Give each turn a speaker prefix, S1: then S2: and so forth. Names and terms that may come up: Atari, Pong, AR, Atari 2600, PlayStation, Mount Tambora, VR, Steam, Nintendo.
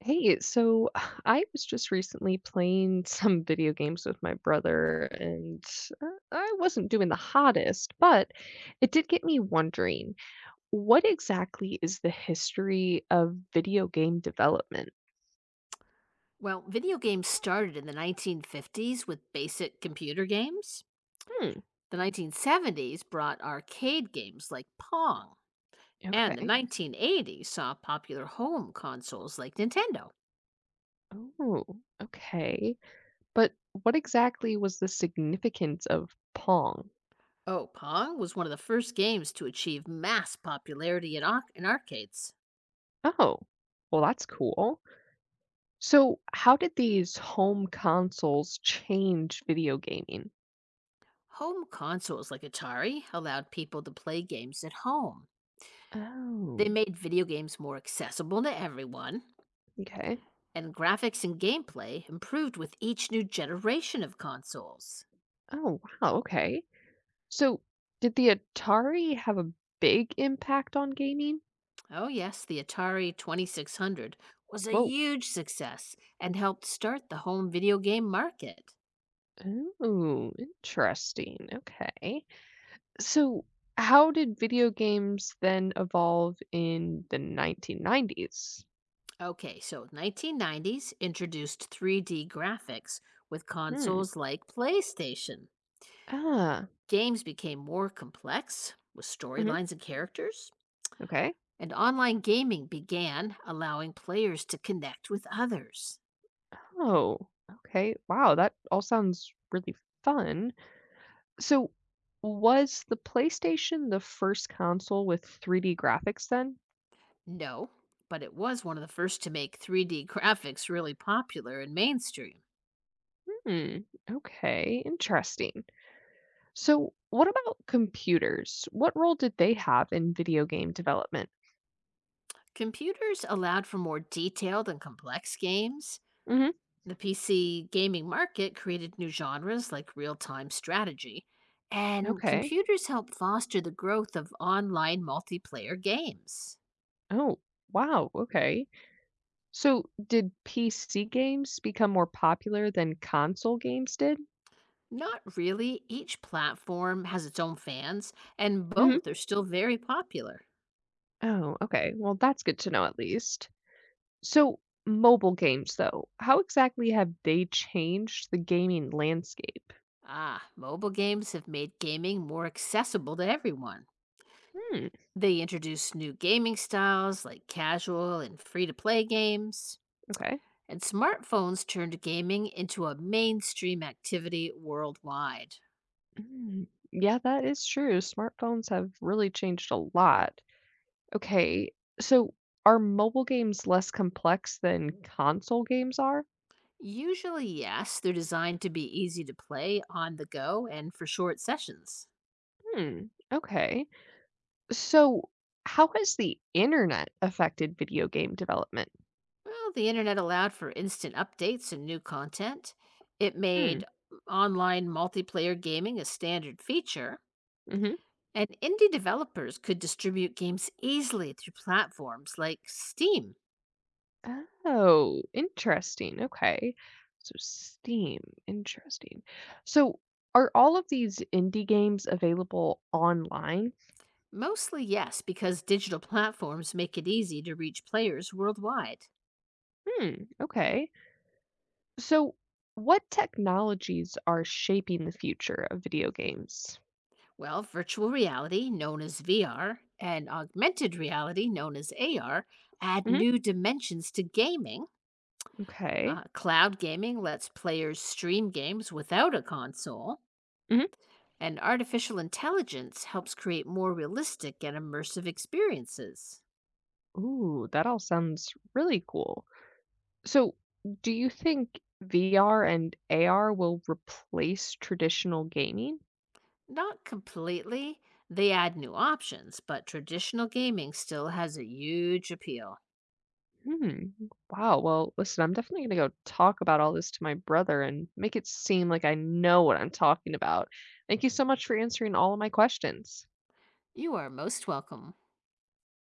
S1: Hey, so I was just recently playing some video games with my brother, and uh, I wasn't doing the hottest, but it did get me wondering, what exactly is the history of video game development?
S2: Well, video games started in the 1950s with basic computer games.
S1: Hmm,
S2: The 1970s brought arcade games like Pong, and the
S1: okay.
S2: 1980s saw popular home consoles like Nintendo.
S1: Oh, okay. But what exactly was the significance of Pong?
S2: Oh, Pong was one of the first games to achieve mass popularity in arcades.
S1: Oh, well, that's cool. So, how did these home consoles change video gaming?
S2: Home consoles like Atari allowed people to play games at home.
S1: Oh.
S2: They made video games more accessible to everyone,
S1: Okay.
S2: and graphics and gameplay improved with each new generation of consoles.
S1: Oh, wow, okay. So, did the Atari have a big impact on gaming?
S2: Oh, yes, the Atari 2600 was a
S1: Whoa.
S2: huge success and helped start the home video game market.
S1: Oh, interesting. Okay. So, how did video games then evolve in the 1990s?
S2: Okay, so 1990s introduced 3D graphics with
S1: Hmm.
S2: consoles like PlayStation.
S1: Ah.
S2: Games became more complex with
S1: Hmm.
S2: storylines and characters,
S1: Okay.
S2: and online gaming began allowing players to connect with others.
S1: Oh, okay. Wow, that all sounds really fun. So, was the PlayStation the first console with 3D graphics then?
S2: No, but it was one of the first to make 3D graphics really popular and mainstream.
S1: Hmm. Okay. Interesting. So, what about computers? What role did they have in video game development?
S2: Computers allowed for more detailed and complex games.
S1: Hmm.
S2: The PC gaming market created new genres like real time strategy, and
S1: Okay.
S2: computers helped foster the growth of online multiplayer games.
S1: Oh, wow. Okay. So, did PC games become more popular than console games did?
S2: Not really, each platform has its own fans, and
S1: Hmm.
S2: both are still very popular.
S1: Oh, okay. Well, that's good to know at least. So, mobile games, though, how exactly have they changed the gaming landscape?
S2: Ah, mobile games have made gaming more accessible to everyone.
S1: Hmm.
S2: They introduced new gaming styles like casual and free to play games,
S1: Okay.
S2: and smartphones turned gaming into a mainstream activity worldwide.
S1: Mm, yeah, that is true. Smartphones have really changed a lot. Okay, so are mobile games less complex than console games are?
S2: Usually, yes, they're designed to be easy to play on the go and for short sessions.
S1: Hmm, okay. So how has the internet affected video game development?
S2: Well, the internet allowed for instant updates and new content. It
S1: Hmm,
S2: made online multiplayer gaming a standard feature,
S1: mm-hmm.
S2: and indie developers could distribute games easily through platforms like Steam.
S1: Oh, interesting. Okay. So Steam, interesting. So are all of these indie games available online?
S2: Mostly, yes, because digital platforms make it easy to reach players worldwide.
S1: Hmm, okay. So what technologies are shaping the future of video games?
S2: Well, virtual reality, known as VR, and augmented reality, known as AR, add
S1: Hmm.
S2: new dimensions to gaming.
S1: Okay.
S2: Cloud gaming lets players stream games without a console, and artificial intelligence helps create more realistic and immersive experiences.
S1: Ooh, that all sounds really cool. So, do you think VR and AR will replace traditional gaming?
S2: Not completely, they add new options, but traditional gaming still has a huge appeal.
S1: Hmm. Wow. Well, listen, I'm definitely going to go talk about all this to my brother and make it seem like I know what I'm talking about. Thank you so much for answering all of my questions.
S2: You are most welcome.